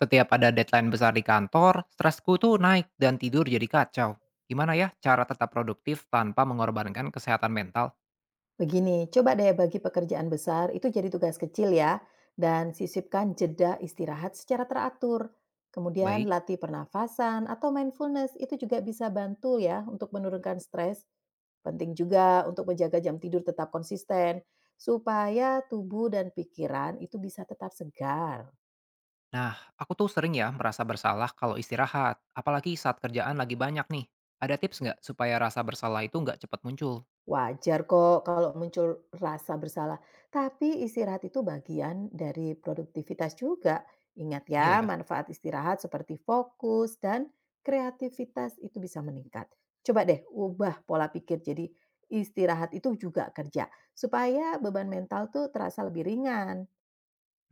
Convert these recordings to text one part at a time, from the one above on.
Setiap ada deadline besar di kantor, stresku tuh naik dan tidur jadi kacau. Gimana ya cara tetap produktif tanpa mengorbankan kesehatan mental? Begini, coba deh bagi pekerjaan besar itu jadi tugas kecil ya, dan sisipkan jeda istirahat secara teratur. Kemudian Baik. latih pernafasan atau mindfulness itu juga bisa bantu ya untuk menurunkan stres. Penting juga untuk menjaga jam tidur tetap konsisten, supaya tubuh dan pikiran itu bisa tetap segar. Nah, aku tuh sering ya merasa bersalah kalau istirahat, apalagi saat kerjaan lagi banyak nih. Ada tips nggak supaya rasa bersalah itu nggak cepat muncul? Wajar kok kalau muncul rasa bersalah, tapi istirahat itu bagian dari produktivitas juga. Ingat Iya ya, ya. manfaat istirahat seperti fokus dan kreativitas itu bisa meningkat. Coba deh ubah pola pikir jadi istirahat itu juga kerja supaya beban mental tuh terasa lebih ringan.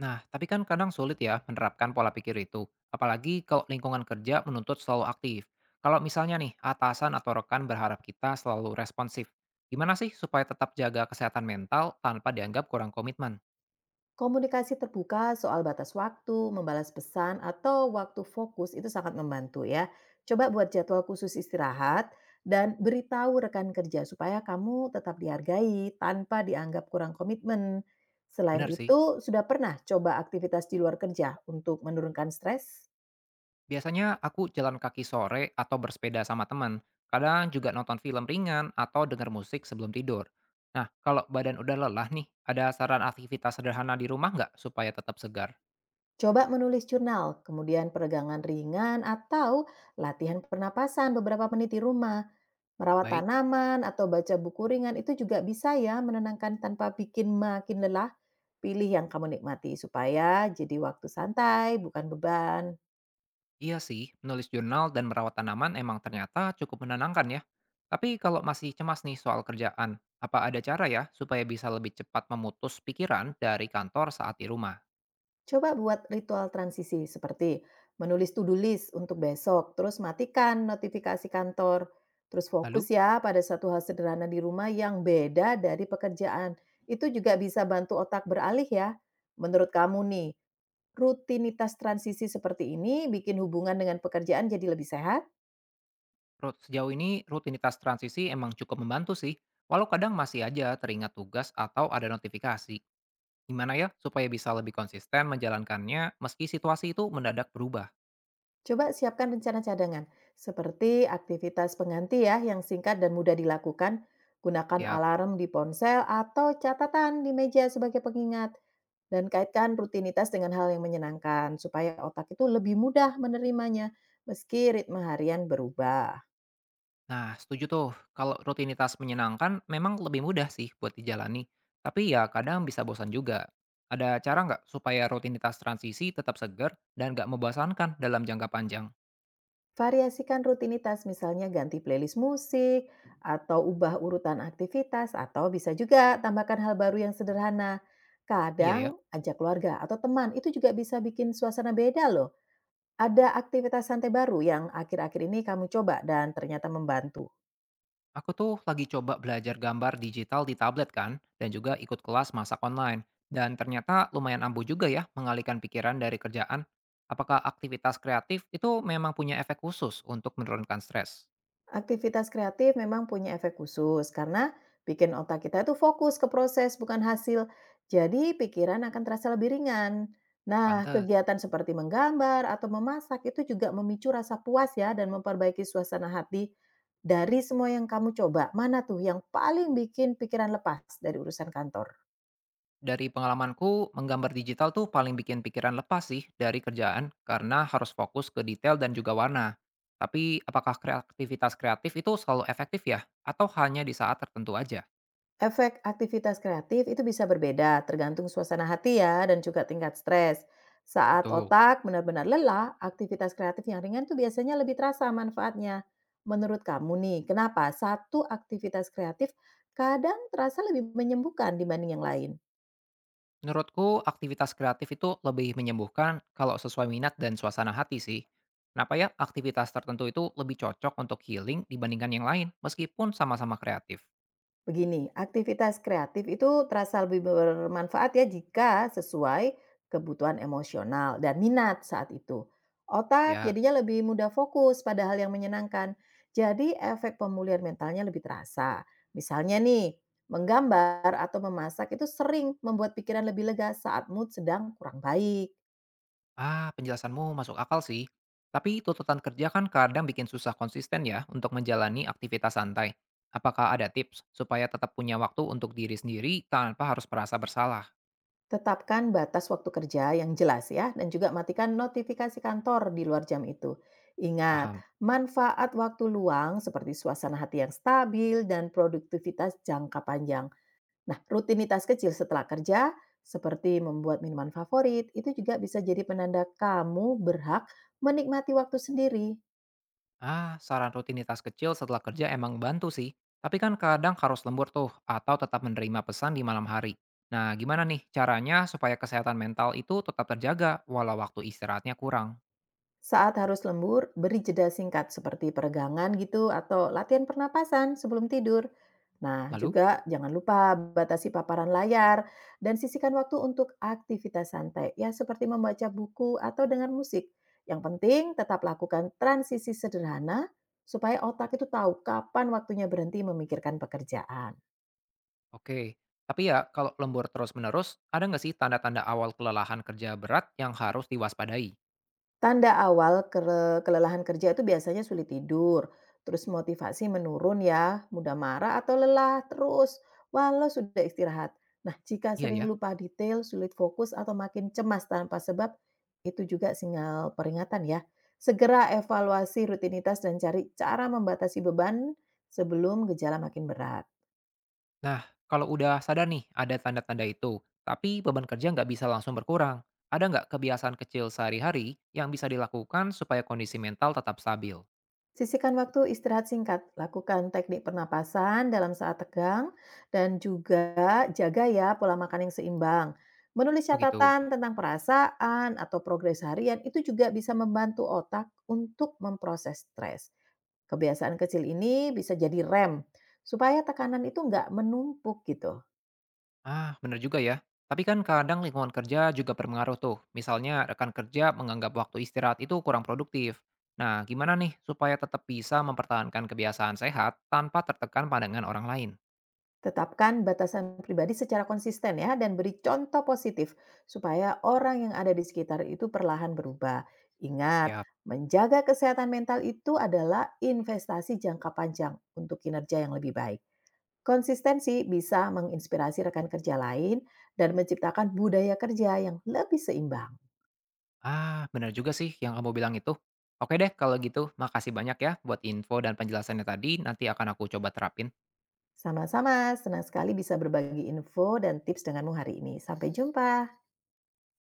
Nah, tapi kan kadang sulit ya menerapkan pola pikir itu, apalagi kalau lingkungan kerja menuntut selalu aktif. Kalau misalnya nih, atasan atau rekan berharap kita selalu responsif. Gimana sih supaya tetap jaga kesehatan mental tanpa dianggap kurang komitmen? Komunikasi terbuka soal batas waktu, membalas pesan, atau waktu fokus itu sangat membantu ya. Coba buat jadwal khusus istirahat dan beritahu rekan kerja supaya kamu tetap dihargai tanpa dianggap kurang komitmen. Selain Bener sih. itu, sudah pernah coba aktivitas di luar kerja untuk menurunkan stres? Biasanya aku jalan kaki sore atau bersepeda sama teman. Kadang juga nonton film ringan atau denger musik sebelum tidur. Nah, kalau badan udah lelah nih, ada saran aktivitas sederhana di rumah nggak supaya tetap segar? Coba menulis jurnal, kemudian peregangan ringan atau latihan pernapasan beberapa menit di rumah. Merawat Baik. tanaman atau baca buku ringan itu juga bisa ya menenangkan tanpa bikin makin lelah. Pilih yang kamu nikmati supaya jadi waktu santai, bukan beban. Iya sih, menulis jurnal dan merawat tanaman emang ternyata cukup menenangkan ya. Tapi kalau masih cemas nih soal kerjaan, apa ada cara ya supaya bisa lebih cepat memutus pikiran dari kantor saat di rumah? Coba buat ritual transisi seperti menulis to-do list untuk besok, terus matikan notifikasi kantor, terus Lalu, fokus ya pada satu hal sederhana di rumah yang beda dari pekerjaan. Itu juga bisa bantu otak beralih ya. Menurut kamu nih, rutinitas transisi seperti ini bikin hubungan dengan pekerjaan jadi lebih sehat? Sejauh ini rutinitas transisi emang cukup membantu sih, walau kadang masih aja teringat tugas atau ada notifikasi. Gimana ya supaya bisa lebih konsisten menjalankannya meski situasi itu mendadak berubah? Coba siapkan rencana cadangan, seperti aktivitas pengganti ya yang singkat dan mudah dilakukan. Gunakan Tiap. alarm di ponsel atau catatan di meja sebagai pengingat. Dan kaitkan rutinitas dengan hal yang menyenangkan, supaya otak itu lebih mudah menerimanya meski ritme harian berubah. Nah, setuju tuh. Kalau rutinitas menyenangkan memang lebih mudah sih buat dijalani. Tapi ya kadang bisa bosan juga. Ada cara nggak supaya rutinitas transisi tetap segar dan nggak membosankan dalam jangka panjang? Variasikan rutinitas, misalnya ganti playlist musik, atau ubah urutan aktivitas, atau bisa juga tambahkan hal baru yang sederhana. Iya Kadang ya. ajak keluarga atau teman, itu juga bisa bikin suasana beda loh. Ada aktivitas santai baru yang akhir-akhir ini kamu coba dan ternyata membantu. Aku tuh lagi coba belajar gambar digital di tablet kan, dan juga ikut kelas masak online. Dan ternyata lumayan ampuh juga ya mengalihkan pikiran dari kerjaan. Apakah aktivitas kreatif itu memang punya efek khusus untuk menurunkan stres? Aktivitas kreatif memang punya efek khusus karena bikin otak kita itu fokus ke proses bukan hasil. Jadi pikiran akan terasa lebih ringan. Nah, Pantes. kegiatan seperti menggambar atau memasak itu juga memicu rasa puas ya dan memperbaiki suasana hati. Dari semua yang kamu coba, mana tuh yang paling bikin pikiran lepas dari urusan kantor? Dari pengalamanku, menggambar digital tuh paling bikin pikiran lepas sih dari kerjaan karena harus fokus ke detail dan juga warna. Tapi apakah aktivitas kreatif itu selalu efektif ya? Atau hanya di saat tertentu aja? Efek aktivitas kreatif itu bisa berbeda tergantung suasana hati ya dan juga tingkat stres. Saat Betul. otak benar-benar lelah, aktivitas kreatif yang ringan tuh biasanya lebih terasa manfaatnya. Menurut kamu nih, kenapa satu aktivitas kreatif kadang terasa lebih menyembuhkan dibanding yang lain? Menurutku, aktivitas kreatif itu lebih menyembuhkan kalau sesuai minat dan suasana hati sih. Kenapa ya aktivitas tertentu itu lebih cocok untuk healing dibandingkan yang lain meskipun sama-sama kreatif? Begini, aktivitas kreatif itu terasa lebih bermanfaat ya jika sesuai kebutuhan emosional dan minat saat itu. Otak Ya. jadinya lebih mudah fokus pada hal yang menyenangkan. Jadi efek pemulihan mentalnya lebih terasa. Misalnya nih, menggambar atau memasak itu sering membuat pikiran lebih lega saat mood sedang kurang baik. Ah, penjelasanmu masuk akal sih. Tapi tuntutan kerja kan kadang bikin susah konsisten ya untuk menjalani aktivitas santai. Apakah ada tips supaya tetap punya waktu untuk diri sendiri tanpa harus merasa bersalah? Tetapkan batas waktu kerja yang jelas ya, dan juga matikan notifikasi kantor di luar jam itu. Ingat, Paham. manfaat waktu luang seperti suasana hati yang stabil dan produktivitas jangka panjang. Nah, rutinitas kecil setelah kerja, seperti membuat minuman favorit, itu juga bisa jadi penanda kamu berhak menikmati waktu sendiri. Ah, saran rutinitas kecil setelah kerja emang bantu sih. Tapi kan kadang harus lembur tuh atau tetap menerima pesan di malam hari. Nah, gimana nih caranya supaya kesehatan mental itu tetap terjaga walau waktu istirahatnya kurang? Saat harus lembur, beri jeda singkat seperti peregangan gitu atau latihan pernapasan sebelum tidur. Nah, Lalu? juga jangan lupa batasi paparan layar dan sisihkan waktu untuk aktivitas santai, ya seperti membaca buku atau dengar musik. Yang penting tetap lakukan transisi sederhana supaya otak itu tahu kapan waktunya berhenti memikirkan pekerjaan. Oke, tapi ya kalau lembur terus-menerus, ada nggak sih tanda-tanda awal kelelahan kerja berat yang harus diwaspadai? Tanda awal kelelahan kerja itu biasanya sulit tidur, terus motivasi menurun ya, mudah marah atau lelah terus walau sudah istirahat. Nah, jika Iya sering ya. lupa detail, sulit fokus atau makin cemas tanpa sebab, itu juga sinyal peringatan ya. Segera evaluasi rutinitas dan cari cara membatasi beban sebelum gejala makin berat. Nah, kalau udah sadar nih ada tanda-tanda itu, tapi beban kerja nggak bisa langsung berkurang, ada nggak kebiasaan kecil sehari-hari yang bisa dilakukan supaya kondisi mental tetap stabil? Sisihkan waktu istirahat singkat, lakukan teknik pernapasan dalam saat tegang, dan juga jaga ya pola makan yang seimbang. Menulis Oh gitu. catatan tentang perasaan atau progres harian itu juga bisa membantu otak untuk memproses stres. Kebiasaan kecil ini bisa jadi rem, supaya tekanan itu nggak menumpuk gitu. Ah, benar juga ya. Tapi kan kadang lingkungan kerja juga berpengaruh tuh. Misalnya rekan kerja menganggap waktu istirahat itu kurang produktif. Nah, gimana nih supaya tetap bisa mempertahankan kebiasaan sehat tanpa tertekan pandangan orang lain? Tetapkan batasan pribadi secara konsisten ya dan beri contoh positif supaya orang yang ada di sekitar itu perlahan berubah. Ingat, Siap. menjaga kesehatan mental itu adalah investasi jangka panjang untuk kinerja yang lebih baik. Konsistensi bisa menginspirasi rekan kerja lain dan menciptakan budaya kerja yang lebih seimbang. Ah, benar juga sih yang kamu bilang itu. Oke deh, kalau gitu makasih banyak ya buat info dan penjelasannya tadi. Nanti akan aku coba terapin. Sama-sama, senang sekali bisa berbagi info dan tips denganmu hari ini. Sampai jumpa.